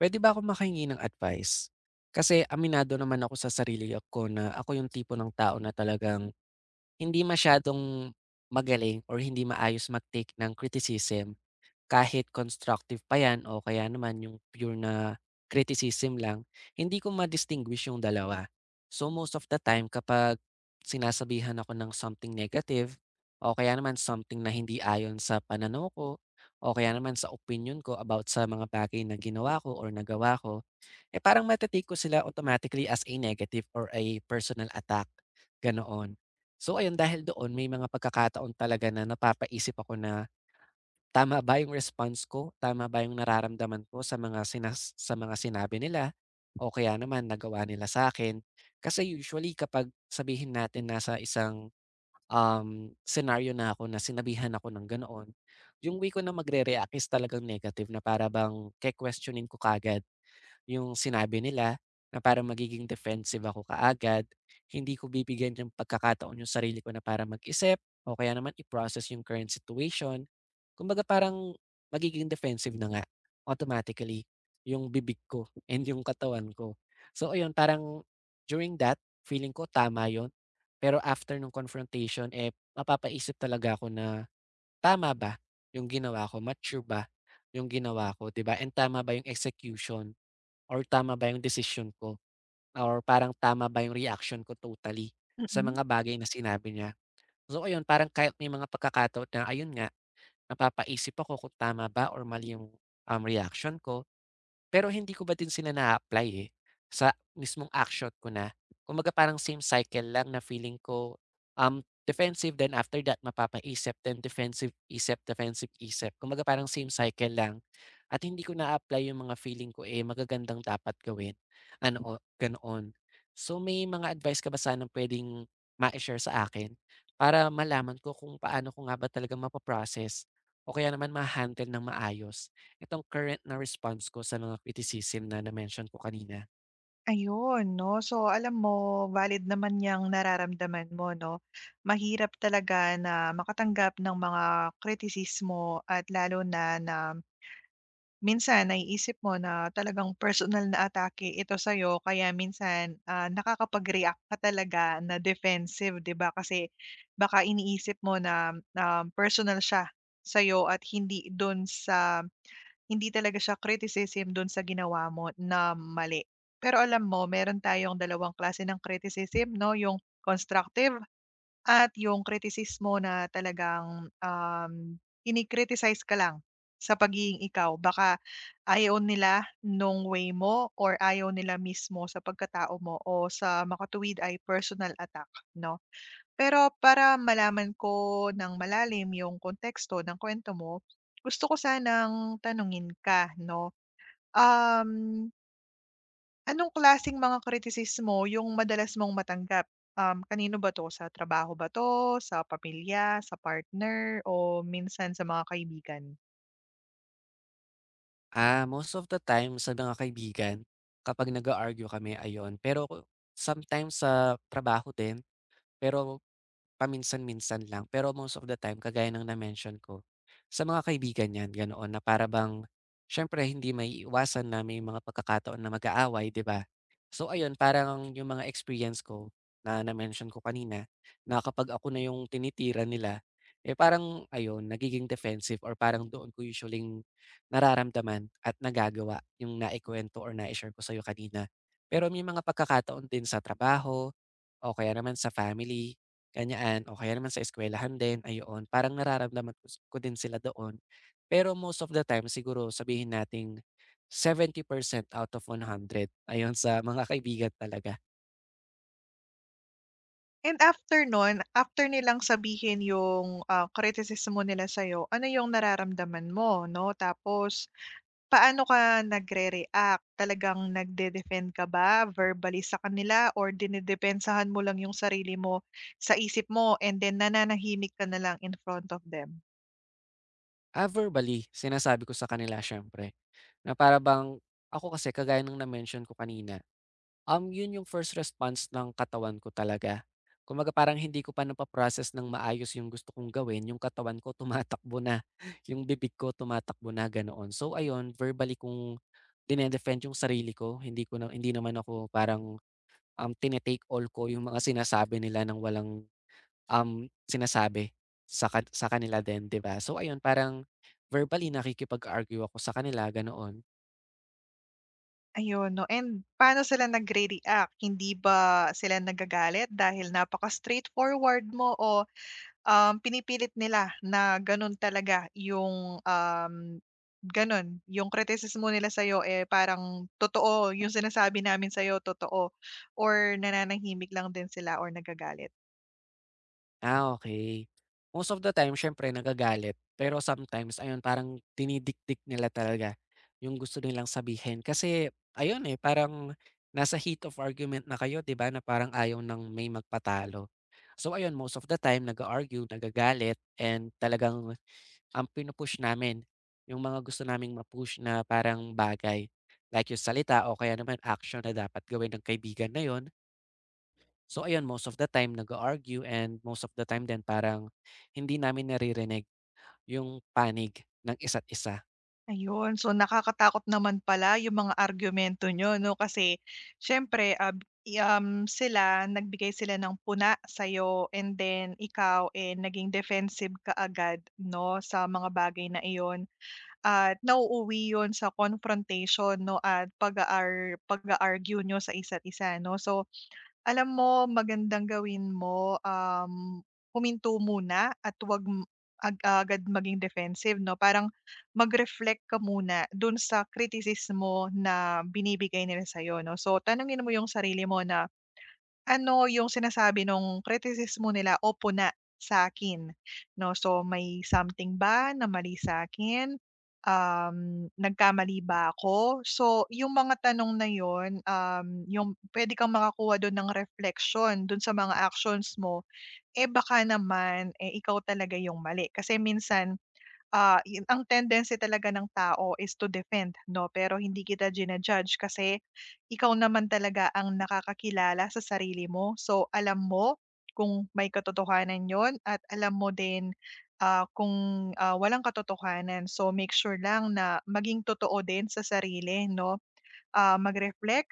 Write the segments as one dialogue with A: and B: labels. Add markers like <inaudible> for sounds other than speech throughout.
A: Puwede ba ako makahingi ng advice? Kasi aminado naman ako sa sarili ko na ako yung tipo ng tao na talagang hindi masyadong magaling or hindi maayos mag-take ng criticism. Kahit constructive pa 'yan o kaya naman yung pure na criticism lang, hindi ko ma-distinguish yung dalawa. So most of the time kapag sinasabihan ako ng something negative o kaya naman something na hindi ayon sa pananaw ko o kaya naman sa opinion ko about sa mga bagay na ginawa ko or nagawa ko, eh, parang mata ko sila automatically as a negative or a personal attack, ganoon. So ayun, dahil doon may mga pagkakataon talaga na napapaisip ako na tama ba yung response ko? Tama ba yung nararamdaman ko sa mga sinabi nila o kaya naman nagawa nila sa akin? Kasi usually kapag sabihin natin nasa isang, scenario na ako na sinabihan ako ng ganoon, yung way ko na magre-react is talagang negative, na para bang ke-questionin ko kagad yung sinabi nila, na parang magiging defensive ako kaagad. Hindi ko bibigyan ng pagkakataon yung sarili ko na para mag-isip o kaya naman i-process yung current situation. Kumbaga parang magiging defensive na nga automatically yung bibig ko <laughs> and yung katawan ko. So ayun, parang during that, feeling ko tama yon. Pero after ng confrontation, eh, mapapaisip talaga ako na tama ba yung ginawa ko, mature ba yung ginawa ko, 'di ba? And tama ba yung execution or tama ba yung decision ko or parang tama ba yung reaction ko totally sa
B: Mm.
A: mga bagay na sinabi niya. So ayun, parang kahit may mga pagkakataon na ayun nga, napapaisip ako kung tama ba or mali yung, reaction ko. Pero hindi ko ba din sila na apply, eh, sa mismong action ko na. Kumbaga parang same cycle lang na feeling ko, defensive then after that mapapaisip, then defensive isip, defensive isip. Kumbaga parang same cycle lang at hindi ko na apply yung mga feeling ko, eh, magagandang dapat gawin, ano, ganoon. So may mga advice ka ba sanang puwedeng ma share sa akin para malaman ko kung paano ko nga ba talaga mapaprocess o kaya naman ma-handle ng maayos itong current na response ko sa mga criticism na na-mention ko kanina?
B: Ayun 'no. So, alam mo valid naman yung nararamdaman mo 'no. Mahirap talaga na makatanggap ng mga kritisismo at lalo na na Minsan naiisip mo na talagang personal na atake ito sa'yo kaya minsan, nakakapag-react ka talaga na defensive 'di ba? Kasi baka iniisip mo na, personal siya sa'yo at hindi talaga siya criticism dun sa ginawa mo na mali. Pero alam mo meron tayong dalawang klase ng criticism 'no, yung constructive at yung kritisismo na talagang, kini-criticize ka lang sa pagiging ikaw. Baka ayaw nila nung way mo or ayaw nila mismo sa pagkatao mo o sa makatuwid ay personal attack, 'no? Pero para malaman ko ng malalim yung konteksto ng kwento mo, gusto ko sanang tanungin ka, 'no? Um Anong klaseng mga kritisismo yung madalas mong matanggap? Kanino ba 'to, sa trabaho ba 'to, sa pamilya, sa partner, o minsan sa mga kaibigan?
A: Ah, most of the time sa mga kaibigan kapag nag argue kami, ayon. Pero sometimes sa trabaho din, pero paminsan-minsan lang. Pero most of the time kagaya ng na-mention ko, sa mga kaibigan 'yan ganoon. Na para bang siyempre hindi maiiwasan na may mga pagkakataon na mag-aaway, 'di ba? So ayun, parang yung mga experience ko na na-mention ko kanina, na kapag ako na yung tinitira nila, eh, parang ayun, nagiging defensive or parang doon ko usually nararamdaman at nagagawa yung naikuwento or nai-share ko sa'yo kanina. Pero may mga pagkakataon din sa trabaho o kaya naman sa family. Ganyan, o kaya naman sa eskwelahan din, ayoon. Parang nararamdaman ko s- ko din sila doon. Pero most of the time siguro sabihin nating 70% out of 100 ayon sa mga kaibigan talaga.
B: And after nun, after nilang sabihin yung, kritisismo nila sa'yo, ano yung nararamdaman mo 'no? Tapos paano ka nagre-react? Talagang nagde-defend ka ba verbally sa kanila or dinidepensahan mo lang yung sarili mo sa isip mo and then nananahimik ka na lang in front of them?
A: Ah, verbally sinasabi ko sa kanila siyempre. Na para bang ako kasi kagaya ng na-mention ko kanina, yun yung first response ng katawan ko talaga. Kumbaga parang hindi ko pa napa-process ng maayos yung gusto kong gawin, yung katawan ko tumatakbo na, <laughs> yung bibig ko tumatakbo na ganoon. So ayun, verbally kong dine-defend yung sarili ko. Hindi ko na hindi naman ako parang, tine-take all ko yung mga sinasabi nila ng walang, sinasabi sa kanila din, 'di ba? So ayun, parang verbally nakikipag-argue ako sa kanila, ganoon.
B: Ayun 'no, and paano sila nagre-react? Hindi ba sila nagagalit dahil napaka-straightforward mo o, pinipilit nila na gano'n talaga yung, gano'n yung kritisismo nila sa'yo, eh, parang totoo yung sinasabi namin sa'yo totoo or nananahimik lang din sila or nagagalit?
A: Ah, okay. Most of the time siyempre nagagalit, pero sometimes ayun parang dinidikdik nila talaga yung gusto nilang sabihin. Kasi ayun, eh, parang nasa heat of argument na kayo, 'di ba, na parang ayaw ng may magpatalo. So ayun, most of the time nag argue, nagagalit, and talagang ang pinu namin yung mga gusto naming ma, na parang bagay. Like yung salita o kaya naman action na dapat gawin ng kaibigan na yon. So ayun, most of the time nag argue and most of the time din parang hindi namin naririnig yung panig ng isa't isa.
B: Ayun, so nakakatakot naman pala yung mga argumento nyo 'no, kasi siyempre, sila nagbigay ng puna sa'yo and then ikaw, eh, naging defensive ka agad 'no, sa mga bagay na iyon at nauuwi yon sa confrontation 'no, at pag argue nyo sa isa't isa 'no. So alam mo magandang gawin mo, huminto muna at huwag ag-agad maging defensive 'no, parang mag-reflect ka muna dun sa kritisismo na binibigay nila sa'yo 'no. So tanungin mo yung sarili mo na ano yung sinasabi nung kritisismo nila o puna sa akin 'no. So, may something ba na mali sa'kin? Nagkamali ba ako? So, yung mga tanong na yun, yung pwede kang makakuha dun ng refleksyon dun sa mga actions mo, eh, baka naman, eh, ikaw talaga yung mali. Kasi minsan yun ang tendency talaga ng tao is to defend 'no, pero hindi kita ginajudge kasi ikaw naman talaga ang nakakakilala sa sarili mo. So, alam mo kung may katotohanan yon at alam mo din, kung, walang katotohanan. So, make sure lang na maging totoo din sa sarili 'no. Mag-reflect.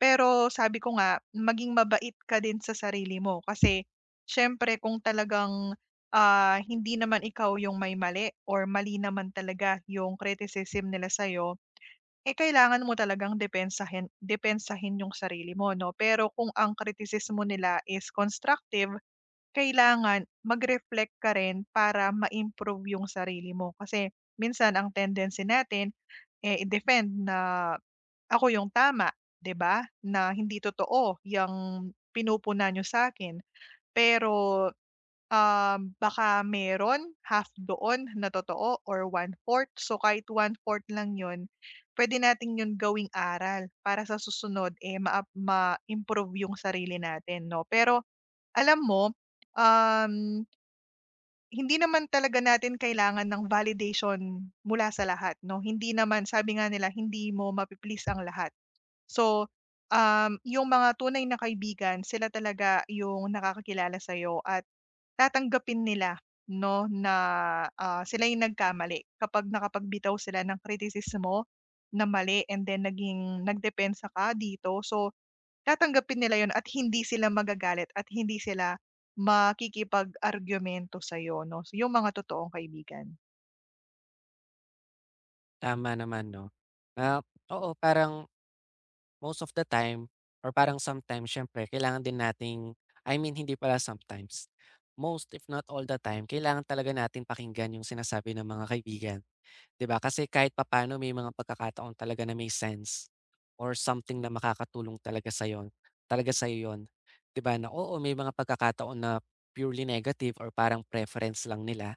B: Pero sabi ko nga, maging mabait ka din sa sarili mo kasi siyempre kung talagang, hindi naman ikaw yung may mali or mali naman talaga yung criticism nila sa'yo, eh, kailangan mo talagang depensahin depensahin yung sarili mo 'no. Pero kung ang kritisismo nila is constructive, kailangan mag-reflect ka rin para ma-improve yung sarili mo. Kasi minsan ang tendency natin, eh, i-defend na ako yung tama, 'di ba, na hindi totoo yang pinupuna nyo sa akin. Pero, baka meron half doon na totoo or one fourth. So, kahit one fourth lang 'yun, pwede natin 'yun gawing aral para sa susunod, eh, maap ma-improve yung sarili natin 'no. Pero alam mo, um, hindi naman talaga natin kailangan ng validation mula sa lahat 'no. Hindi naman sabi nga nila, hindi mo mapi ang lahat. So, yung mga tunay na kaibigan sila talaga yung nakakakilala sa'yo at tatanggapin nila 'no na, sila yung nagkamali kapag nakapagbitaw sila ng kritisismo na mali and then naging nagdepensa ka dito. So, tatanggapin nila yon at hindi sila magagalit at hindi sila makikipag-argumento sa'yo 'no. So, yung mga totoong kaibigan.
A: Tama naman 'no? Ah, oo, parang most of the time or parang sometimes siyempre kailangan din nating— I mean hindi pala sometimes, most if not all the time kailangan talaga natin pakinggan yung sinasabi ng mga kaibigan. 'Di ba kasi kahit papaano may mga pagkakataon talaga na may sense or something na makakatulong talaga sa'yo, talaga sa'yo 'yun. 'Di ba na oo, may mga pagkakataon na purely negative or parang preference lang nila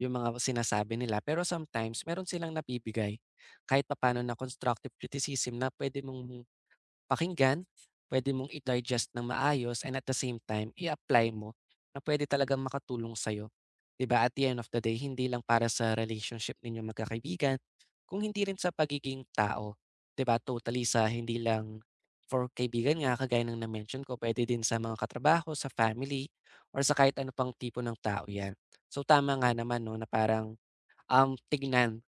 A: yung mga sinasabi nila, pero sometimes meron silang nabibigay kahit papaano na constructive criticism na puwede mong pakinggan, pwede mong i-digest ng maayos, and at the same time i-apply mo na pwede talagang makatulong sa'yo, 'di ba? At the end of the day, hindi lang para sa relationship ninyong magkakaibigan, kung hindi rin sa pagiging tao, 'di ba? Totally sa hindi lang for kaibigan nga kagaya ng na-mention ko, pwede din sa mga katrabaho, sa family, or sa kahit ano pang tipo ng tao 'yan. So tama nga naman 'no, na parang, tignan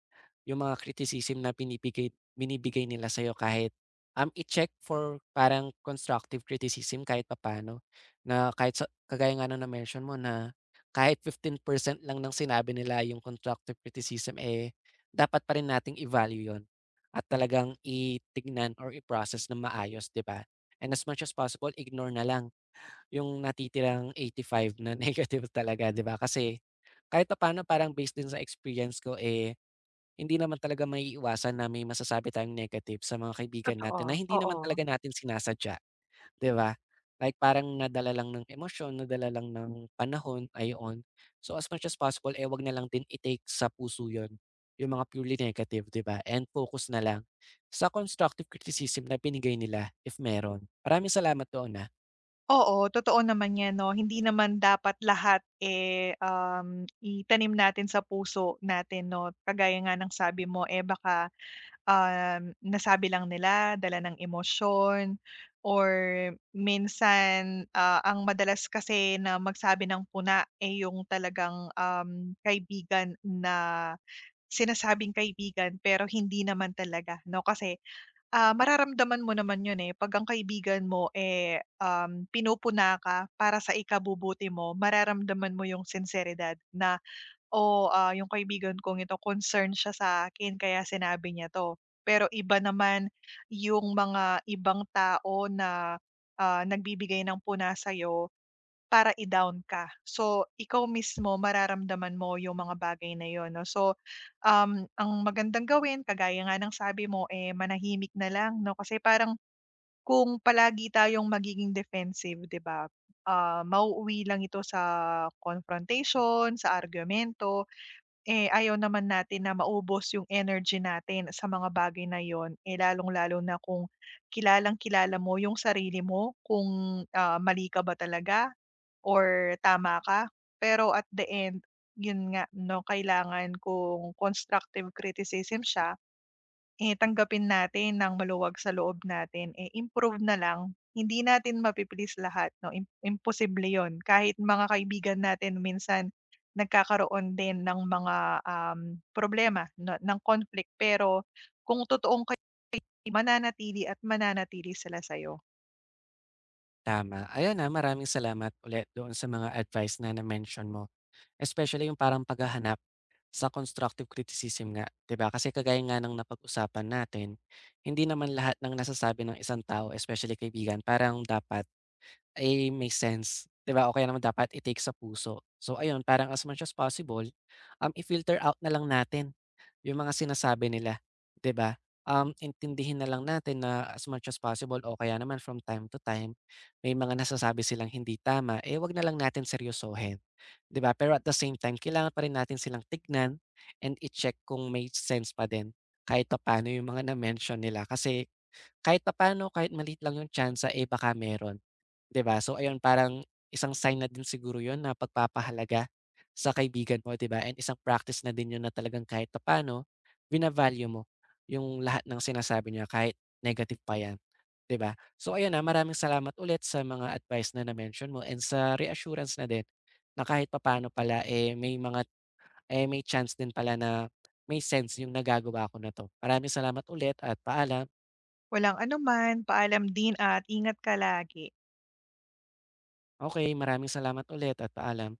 A: yung mga criticism na binibigay binibigay nila sa'yo. Kahit, i-check for parang constructive criticism kahit papaano. Na kahit sa kagaya nga ng na-mention mo na kahit 15% lang ng sinabi nila yung constructive criticism, eh, dapat pa rin nating i-value yun at talagang itignan or i-process ng maayos, 'di ba? And as much as possible, ignore na lang yung natitirang 85 na <laughs> negative talaga, 'di ba? Kasi kahit pa paano parang based din sa experience ko, eh, hindi naman talaga maiiwasan na may masasabi tayong negative sa mga kaibigan
B: Totoo,
A: natin na hindi naman
B: oo.
A: talaga natin sinasadya, 'di ba? Like parang nadala lang ng emosyon, nadala lang ng panahon, ayon. So as much as possible, eh, wag na lang din i-take sa puso 'yon, yung mga purely negative, 'di ba? And focus na lang sa constructive criticism na binigay nila if meron. Maraming salamat doon, na—
B: Oo, totoo naman 'yan 'no. Hindi naman dapat lahat, eh, itanim natin sa puso natin 'no. Kagaya nga ng sabi mo, eh, baka, nasabi lang nila, dala ng emosyon or minsan, ang madalas kasi na magsabi ng puna, eh, yung talagang, kaibigan na sinasabing kaibigan pero hindi naman talaga 'no. Kasi mararamdaman mo naman yun, eh, 'pag ang kaibigan mo, eh, pinupuna ka para sa ikabubuti mo, mararamdaman mo yung sinseridad na, o "Oh, yung kaibigan kong ito concern siya sa akin kaya sinabi niya 'to." Pero iba naman yung mga ibang tao na, nagbibigay ng puna sa'yo para i-down ka. So, ikaw mismo mararamdaman mo yung mga bagay na yun 'no. So, ang magandang gawin kagaya nga ng sabi mo, eh, manahimik na lang 'no, kasi parang kung palagi tayong magiging defensive 'di ba, mauuwi lang ito sa confrontation, sa argumento. Eh, ayaw naman natin na maubos yung energy natin sa mga bagay na yun, eh, lalong-lalo na kung kilalang-kilala mo yung sarili mo kung, mali ka ba talaga or tama ka. Pero at the end, yun nga 'no, kailangan kung constructive criticism siya eh, tanggapin natin ng maluwag sa loob natin, eh, improve na lang. Hindi natin mapi lahat 'no, imposible 'yun. Kahit mga kaibigan natin minsan nagkakaroon din ng mga, um, problema no ng conflict, pero kung totoong kay mananatili at mananatili sila sa'yo.
A: Tama. Ayan, ah, maraming salamat ulit doon sa mga advice na na-mention mo, especially yung parang paghahanap sa constructive criticism nga, 'di ba? Kasi kagaya nga ng napag-usapan natin, hindi naman lahat ng nasasabi ng isang tao, especially kaibigan, parang dapat, eh, may sense, 'di ba, o kaya naman dapat i-take sa puso. So ayun, parang as much as possible, i-filter out na lang natin yung mga sinasabi nila, 'di ba? Um, intindihin na lang natin na as much as possible o kaya naman from time to time, may mga nasasabi silang hindi tama, eh, 'wag na lang natin seryosohin, 'di ba? Pero at the same time, kailangan pa rin natin silang tignan and i-check kung may sense pa din kahit pa paano yung mga na-mention nila. Kasi kahit papaano, kahit maliit lang yung tyansa, eh, baka meron, 'di ba? So ayun, parang isang sign na din siguro yun na pagpapahalaga sa kaibigan mo, 'di ba? And isang practice na din yun na talagang kahit papaano vina mo yung lahat ng sinasabi niya kahit negative pa yan, 'di ba? So ayun, ah, maraming salamat ulit sa mga advice na na-mention mo and sa reassurance na din na kahit papaano pala, eh, may mga— eh, may chance din pala na may sense yung nagagawa ko na 'to. Maraming salamat ulit at paalam.
B: Walang anuman, paalam din at ingat ka lagi.
A: Okay, maraming salamat ulit at paalam.